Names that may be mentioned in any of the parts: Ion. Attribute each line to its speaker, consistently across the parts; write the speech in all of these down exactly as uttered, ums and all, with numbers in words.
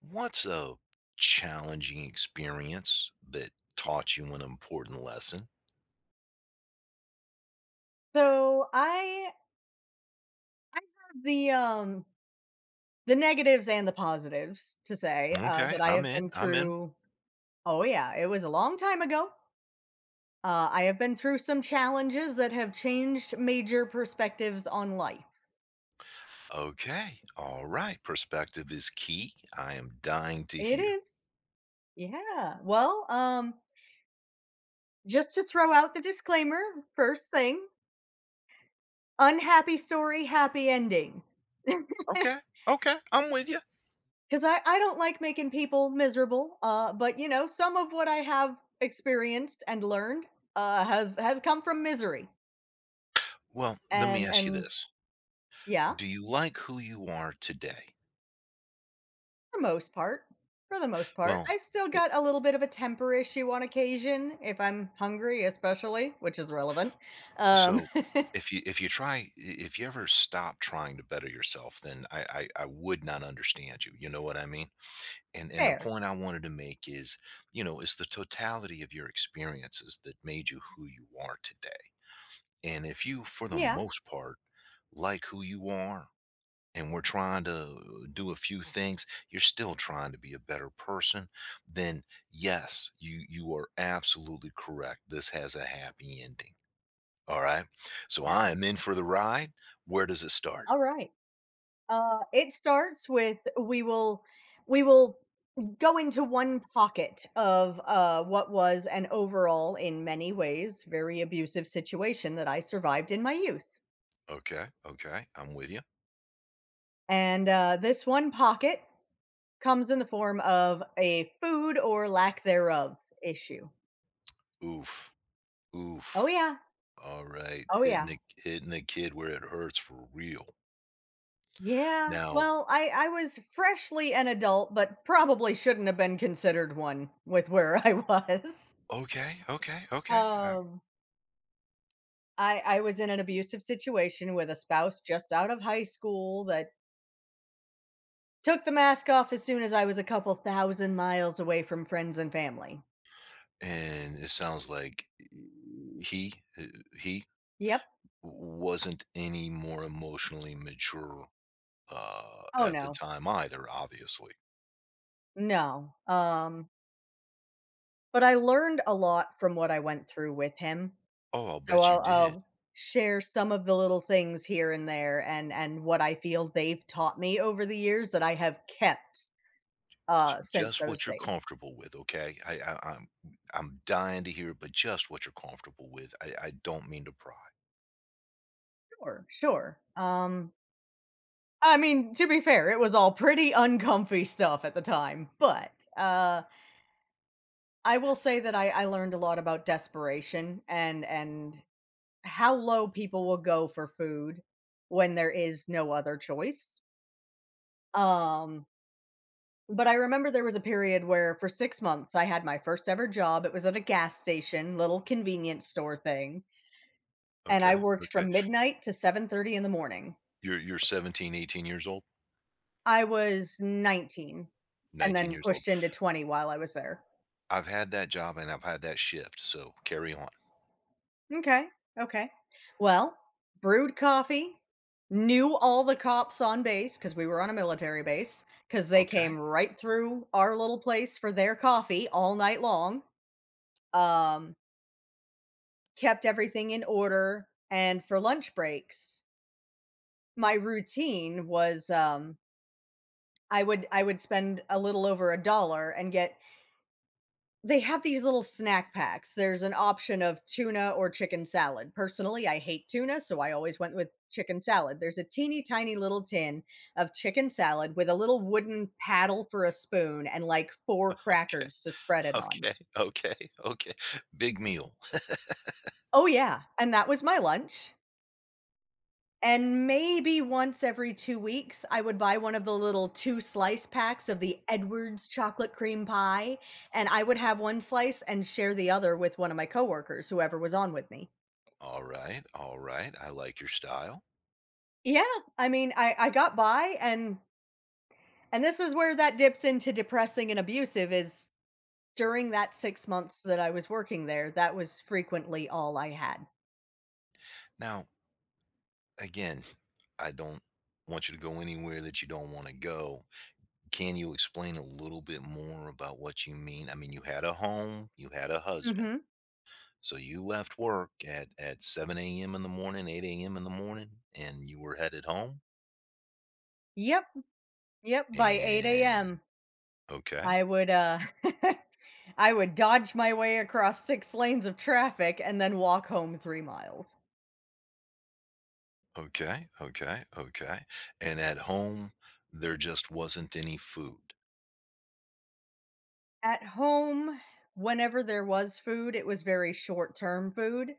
Speaker 1: What's a challenging experience that taught you an important lesson?
Speaker 2: So I I have the um the negatives and the positives to say uh,
Speaker 1: Okay,
Speaker 2: that I
Speaker 1: I'm
Speaker 2: have
Speaker 1: in.
Speaker 2: been
Speaker 1: I'm in.
Speaker 2: through. Oh yeah, it was a long time ago. Uh, I have been through some challenges that have changed major perspectives on life.
Speaker 1: Okay. All right. Perspective is key. I am dying to
Speaker 2: It
Speaker 1: hear.
Speaker 2: is, yeah. Well, um, just to throw out the disclaimer, first thing, unhappy story, happy ending.
Speaker 1: Okay. Okay. I'm with you.
Speaker 2: Because I, I don't like making people miserable, uh, but you know, some of what I have experienced and learned uh, has has come from misery,
Speaker 1: Well, let me
Speaker 2: and
Speaker 1: ask you
Speaker 2: and
Speaker 1: this.
Speaker 2: yeah,
Speaker 1: Do you like who you are today?
Speaker 2: for the most part, for the most part,
Speaker 1: Well,
Speaker 2: I still
Speaker 1: it,
Speaker 2: got a little bit of a temper issue on occasion if I'm hungry, especially, which is relevant. Um,
Speaker 1: so if you if you try if you ever stop trying to better yourself, then I, I I would not understand you. You know what I mean? and and the
Speaker 2: fair,
Speaker 1: point I wanted to make is, you know, it's the totality of your experiences that made you who you are today. And if you, for the
Speaker 2: yeah,
Speaker 1: most part, like who you are and we're trying to do a few things, you're still trying to be a better person, then yes, you you are absolutely correct. This has a happy ending. All right. So
Speaker 2: yeah,
Speaker 1: I am in for the ride. Where does it start?
Speaker 2: all right. Uh, it starts with we will, we will go into one pocket of uh, what was an overall, in many ways, very abusive situation that I survived in my youth.
Speaker 1: Okay. Okay. I'm with you.
Speaker 2: And uh, this one pocket comes in the form of a food or lack thereof issue.
Speaker 1: Oof.
Speaker 2: Oh,
Speaker 1: Oof.
Speaker 2: yeah.
Speaker 1: All right,
Speaker 2: Oh,
Speaker 1: hitting
Speaker 2: yeah.
Speaker 1: the hitting the kid where it hurts for real.
Speaker 2: Yeah.
Speaker 1: Now,
Speaker 2: Well, I, I was freshly an adult, but probably shouldn't have been considered one with where I was.
Speaker 1: okay, okay, okay, um,
Speaker 2: Um, I, I was in an abusive situation with a spouse just out of high school that took the mask off as soon as I was a couple thousand miles away from friends and family.
Speaker 1: and it sounds like eh, he uh, he
Speaker 2: Yep.
Speaker 1: wasn't any more emotionally mature, uh,
Speaker 2: Oh,
Speaker 1: at the
Speaker 2: no.
Speaker 1: time either, obviously.
Speaker 2: No. Um, but I learned a lot from what I went through with him.
Speaker 1: Oh, I'll
Speaker 2: So
Speaker 1: bet you
Speaker 2: I'll
Speaker 1: did.
Speaker 2: I'll share some of the little things here and there and and what I feel they've taught me over the years that I have kept
Speaker 1: J
Speaker 2: uh since
Speaker 1: just
Speaker 2: those
Speaker 1: what you're
Speaker 2: days.
Speaker 1: comfortable with, okay? I I I'm I'm dying to hear, but just what you're comfortable with. I I don't mean to pry.
Speaker 2: Sure, sure. Um I mean, to be fair, it was all pretty uncomfy stuff at the time, but uh I will say that I, I learned a lot about desperation and and how low people will go for food when there is no other choice. Um, but I remember there was a period where for six months I had my first ever job. It was at a gas station, little convenience store thing, and I
Speaker 1: Okay,
Speaker 2: worked
Speaker 1: okay.
Speaker 2: from midnight to seven thirty in the morning.
Speaker 1: You're you're seventeen, eighteen years old?
Speaker 2: I was nineteen, and
Speaker 1: nineteen
Speaker 2: then
Speaker 1: years old.
Speaker 2: pushed into twenty while I was there.
Speaker 1: I've had that job and I've had that shift, so carry on.
Speaker 2: Okay, okay. Well, brewed coffee, knew all the cops on base because we were on a military base because they came
Speaker 1: Okay.
Speaker 2: right through our little place for their coffee all night long. Um, Kept everything in order, and for lunch breaks, my routine was um, I would I would spend a little over a dollar and get they have these little snack packs. There's an option of tuna or chicken salad. Personally, I hate tuna, so I always went with chicken salad. There's a teeny tiny little tin of chicken salad with a little wooden paddle for a spoon and like four
Speaker 1: Okay.
Speaker 2: crackers to spread it on.
Speaker 1: Okay. Okay. Okay. Big meal.
Speaker 2: Oh, yeah. And that was my lunch. And maybe once every two weeks, I would buy one of the little two slice packs of the Edwards chocolate cream pie. And I would have one slice and share the other with one of my coworkers, whoever was on with me.
Speaker 1: All right. All right. I like your style.
Speaker 2: Yeah, I mean, I I got by and and this is where that dips into depressing and abusive is during that six months that I was working there, that was frequently all I had.
Speaker 1: Now, again, I don't want you to go anywhere that you don't want to go. Can you explain a little bit more about what you mean? I mean, you had a home, you had a husband.
Speaker 2: Mhm.
Speaker 1: So you left work at, at seven a m in the morning, eight a m in the morning, and you were headed home.
Speaker 2: Yep, yep, by 8
Speaker 1: And
Speaker 2: AM,
Speaker 1: okay.
Speaker 2: I would, uh I would dodge my way across six lanes of traffic and then walk home three miles.
Speaker 1: Okay, okay, okay. And at home, there just wasn't any food.
Speaker 2: At home, whenever there was food, it was very short-term food.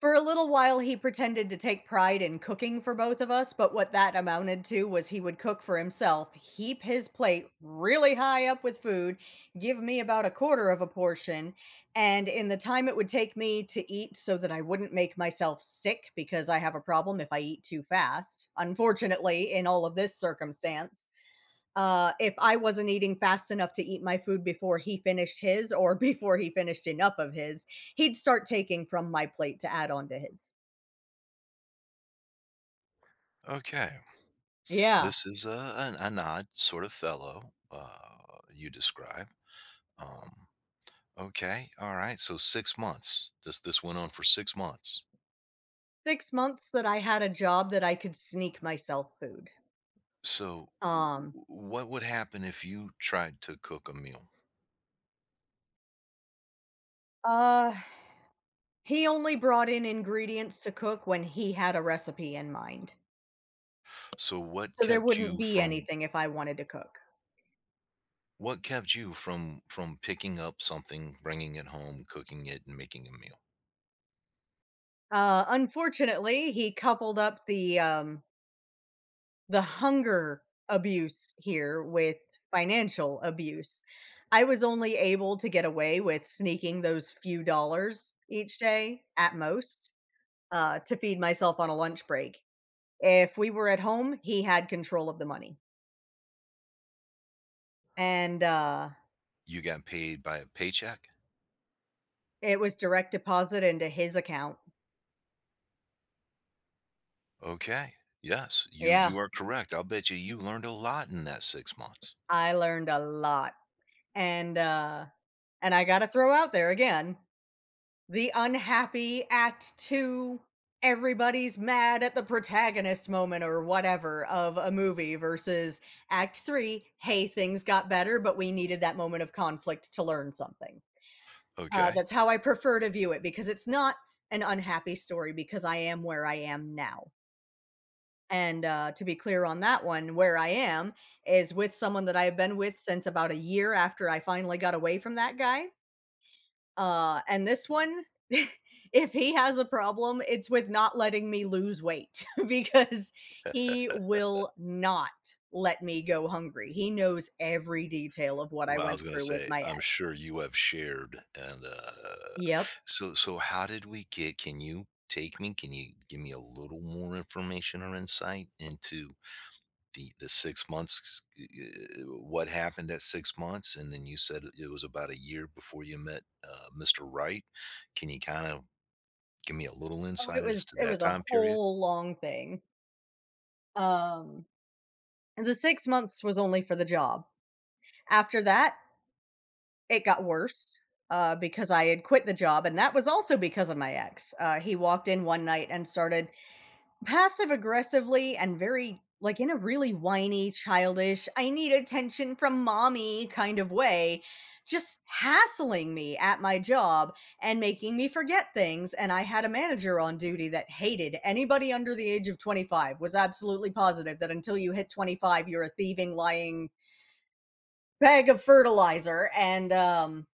Speaker 2: For a little while, he pretended to take pride in cooking for both of us, but what that amounted to was he would cook for himself, heap his plate really high up with food, give me about a quarter of a portion, and in the time it would take me to eat so that I wouldn't make myself sick because I have a problem if I eat too fast, unfortunately, in all of this circumstance, uh, if I wasn't eating fast enough to eat my food before he finished his or before he finished enough of his, he'd start taking from my plate to add on to his.
Speaker 1: Okay,
Speaker 2: Yeah.
Speaker 1: this is a, an, an odd sort of fellow uh, you describe. Um, okay, all right. So six months. This this went on for six months.
Speaker 2: six months that I had a job that I could sneak myself food.
Speaker 1: So w- w-
Speaker 2: Um,
Speaker 1: what would happen if you tried to cook a meal?
Speaker 2: uh, he only brought in ingredients to cook when he had a recipe in mind.
Speaker 1: So what
Speaker 2: So there
Speaker 1: kept
Speaker 2: wouldn't
Speaker 1: you
Speaker 2: be
Speaker 1: from
Speaker 2: anything if I wanted to cook.
Speaker 1: what kept you from from picking up something, bringing it home, cooking it, and making a meal?
Speaker 2: Uh, unfortunately, he coupled up the, um, the hunger abuse here with financial abuse. I was only able to get away with sneaking those few dollars each day at most uh, to feed myself on a lunch break. If we were at home, he had control of the money and uh,
Speaker 1: You got paid by a paycheck.
Speaker 2: it was direct deposit into his account.
Speaker 1: Okay. Yes, you
Speaker 2: Yeah,
Speaker 1: you are correct. I'll bet you you learned a lot in that six months.
Speaker 2: I learned a lot. And, uh, and I got to throw out there again the unhappy act two everybody's mad at the protagonist moment or whatever of a movie versus act three hey things got better but we needed that moment of conflict to learn something uh,
Speaker 1: Okay.
Speaker 2: that's how I prefer to view it because it's not an unhappy story because I am where I am now and uh, to be clear on that one where I am is with someone that I've been with since about a year after I finally got away from that guy uh, and this one, if he has a problem, it's with not letting me lose weight because he will not let me go hungry. He knows every detail of what I
Speaker 1: Well, I was
Speaker 2: went
Speaker 1: gonna
Speaker 2: through with
Speaker 1: say,
Speaker 2: my ex.
Speaker 1: I'm sure you have shared, and uh
Speaker 2: Yep.
Speaker 1: so so how did we get can you take me can you give me a little more information or insight into the the six months, eh, what happened at six months? And then you said it was about a year before you met, uh, Mister Wright. Can you kinda give me a little
Speaker 2: Oh,
Speaker 1: insight
Speaker 2: it
Speaker 1: as
Speaker 2: was
Speaker 1: to
Speaker 2: it
Speaker 1: that
Speaker 2: was a
Speaker 1: time period?
Speaker 2: whole long thing. Um, and the six months was only for the job. After that, it got worse uh, because I had quit the job, and that was also because of my ex. Uh, he walked in one night and started passive aggressively and very like in a really whiny, childish, I need attention from mommy kind of way, just hassling me at my job and making me forget things. And I had a manager on duty that hated anybody under the age of twenty-five, was absolutely positive that until you hit twenty-five, you're a thieving, lying bag of fertilizer. And um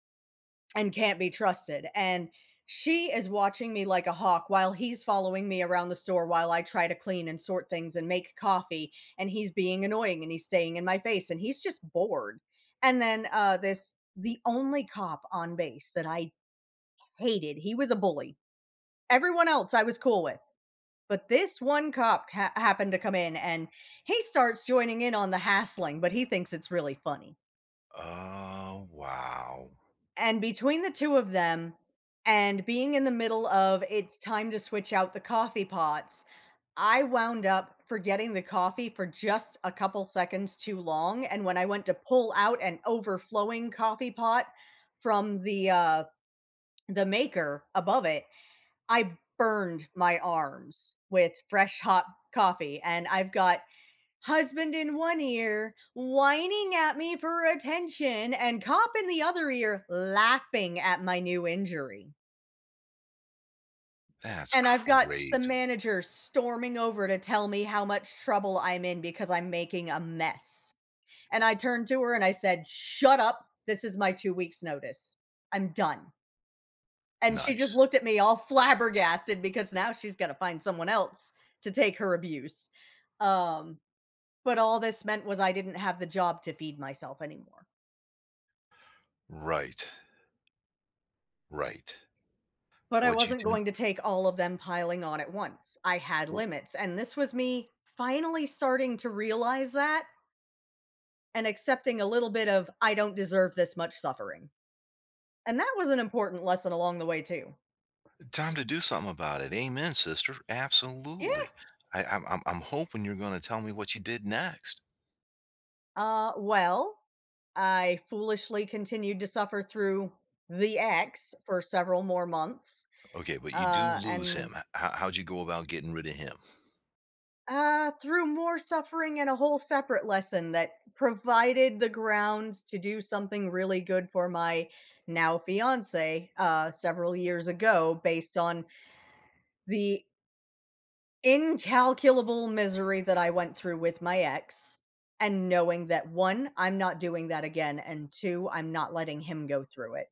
Speaker 2: and can't be trusted. And she is watching me like a hawk while he's following me around the store while I try to clean and sort things and make coffee. And he's being annoying and he's staying in my face and he's just bored. And then uh, this, the only cop on base that I hated, he was a bully. Everyone else I was cool with. But this one cop ha- happened to come in and he starts joining in on the hassling, but he thinks it's really funny.
Speaker 1: Oh, wow.
Speaker 2: And between the two of them, and being in the middle of it's time to switch out the coffee pots, I wound up forgetting the coffee for just a couple seconds too long, and when I went to pull out an overflowing coffee pot from the, uh the maker above it, I burned my arms with fresh hot coffee, and I've got husband in one ear, whining at me for attention, and cop in the other ear laughing at my new injury.
Speaker 1: That's
Speaker 2: And I've got the
Speaker 1: crazy.
Speaker 2: manager storming over to tell me how much trouble I'm in because I'm making a mess. And I turned to her and I said, "Shut up. This is my two weeks' notice. I'm done." And she just
Speaker 1: Nice.
Speaker 2: looked at me all flabbergasted because now she's got to find someone else to take her abuse. Um, but all this meant was I didn't have the job to feed myself anymore.
Speaker 1: Right, right.
Speaker 2: But I
Speaker 1: What'd you
Speaker 2: wasn't
Speaker 1: do
Speaker 2: going to take all of them piling on at once. I had
Speaker 1: Well,
Speaker 2: limits, and this was me finally starting to realize that and accepting a little bit of I don't deserve this much suffering. And that was an important lesson along the way too.
Speaker 1: time to do something about it. Amen, sister.
Speaker 2: Yeah.
Speaker 1: Absolutely. I I'm I'm I'm hoping you're gonna tell me what you did next.
Speaker 2: Uh well, I foolishly continued to suffer through the ex for several more months.
Speaker 1: Okay, but you do
Speaker 2: Uh
Speaker 1: lose
Speaker 2: and
Speaker 1: him. H how How'd you go about getting rid of him?
Speaker 2: Uh, through more suffering and a whole separate lesson that provided the grounds to do something really good for my now fiance uh, several years ago, based on the incalculable misery that I went through with my ex, and knowing that one, I'm not doing that again, and two, I'm not letting him go through it.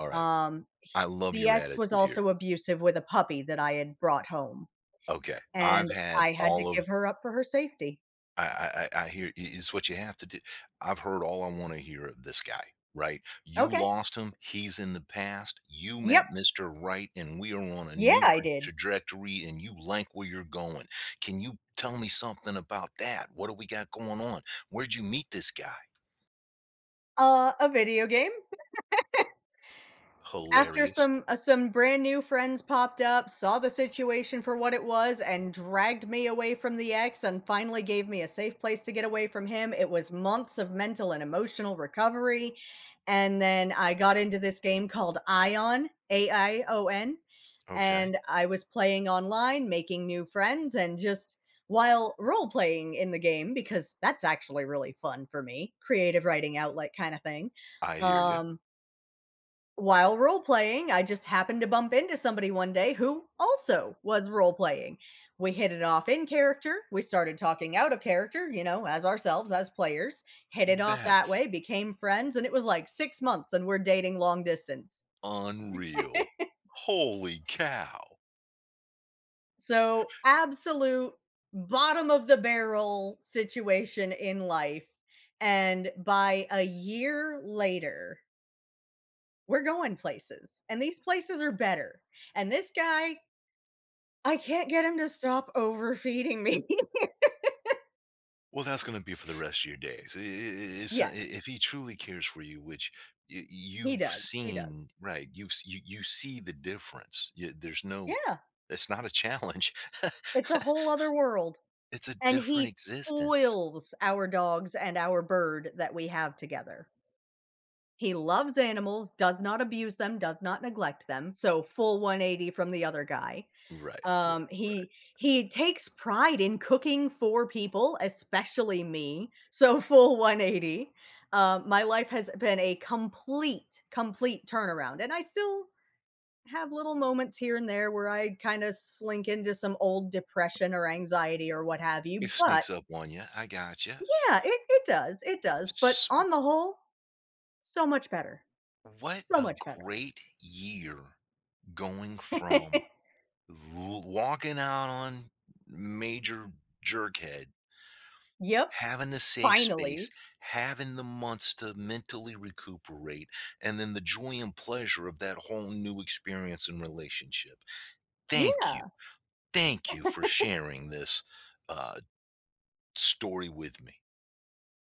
Speaker 1: Alright.
Speaker 2: Um, h-
Speaker 1: I love
Speaker 2: the
Speaker 1: your
Speaker 2: ex was
Speaker 1: attitude here.
Speaker 2: also abusive with a puppy that I had brought home,
Speaker 1: Okay. I've
Speaker 2: and
Speaker 1: had
Speaker 2: I had to
Speaker 1: all
Speaker 2: give
Speaker 1: of
Speaker 2: her up for her safety.
Speaker 1: I, I, I hear is what you have to do. I've heard all I want to hear of this guy, right? You
Speaker 2: Okay.
Speaker 1: lost him. He's in the past. You
Speaker 2: Yep.
Speaker 1: met Mister Right, and we are on a
Speaker 2: Yeah,
Speaker 1: new
Speaker 2: I
Speaker 1: pro-
Speaker 2: did.
Speaker 1: trajectory, and you like where you're going. Can you tell me something about that? What do we got going on? Where'd you meet this guy?
Speaker 2: Uh, a video game. After
Speaker 1: Hilarious.
Speaker 2: some uh, some brand new friends popped up, saw the situation for what it was, and dragged me away from the ex, and finally gave me a safe place to get away from him. It was months of mental and emotional recovery, and then I got into this game called Ion, A I O N,
Speaker 1: Okay.
Speaker 2: and I was playing online, making new friends, and just while role playing in the game because that's actually really fun for me, creative writing outlet kind of thing.
Speaker 1: I hear you.
Speaker 2: Um, while role playing, I just happened to bump into somebody one day who also was role playing. We hit it off in character. We started talking out of character, you know, as ourselves, as players, hit it off that
Speaker 1: That's
Speaker 2: way, became friends. And it was like six months and we're dating long distance.
Speaker 1: unreal. Holy cow.
Speaker 2: So, absolute bottom of the barrel situation in life. And by a year later, we're going places and these places are better. And this guy I can't get him to stop overfeeding me.
Speaker 1: Well, that's gonna be for the rest of your days. I I it's uh, I
Speaker 2: Yes,
Speaker 1: If he truly cares for you, which y
Speaker 2: he
Speaker 1: you've
Speaker 2: does, he
Speaker 1: seen
Speaker 2: does.
Speaker 1: right, you've s you you see the difference. Y there's no
Speaker 2: Yeah,
Speaker 1: It's not a challenge.
Speaker 2: it's a whole other world,
Speaker 1: It's a
Speaker 2: and
Speaker 1: different
Speaker 2: he
Speaker 1: existence.
Speaker 2: spoils our dogs and our bird that we have together. He loves animals, does not abuse them, does not neglect them, so full one eighty from the other guy.
Speaker 1: Right,
Speaker 2: Um,
Speaker 1: right, right.
Speaker 2: he he takes pride in cooking for people, especially me, so full one eighty. Um, my life has been a complete, complete turnaround, and I still have little moments here and there where I kind of slink into some old depression or anxiety or what have
Speaker 1: It
Speaker 2: you. But
Speaker 1: sneaks up on you. I gotcha.
Speaker 2: yeah, it, it does. It does. But
Speaker 1: S
Speaker 2: on the whole, so much better.
Speaker 1: What
Speaker 2: So
Speaker 1: a
Speaker 2: much better.
Speaker 1: great year going from l walking out on major jerkhead,
Speaker 2: Yep.
Speaker 1: having the safe space,
Speaker 2: Finally.
Speaker 1: having the months to mentally recuperate, and then the joy and pleasure of that whole new experience and relationship. Thank
Speaker 2: Yeah.
Speaker 1: you. Thank you for sharing this uh, story with me.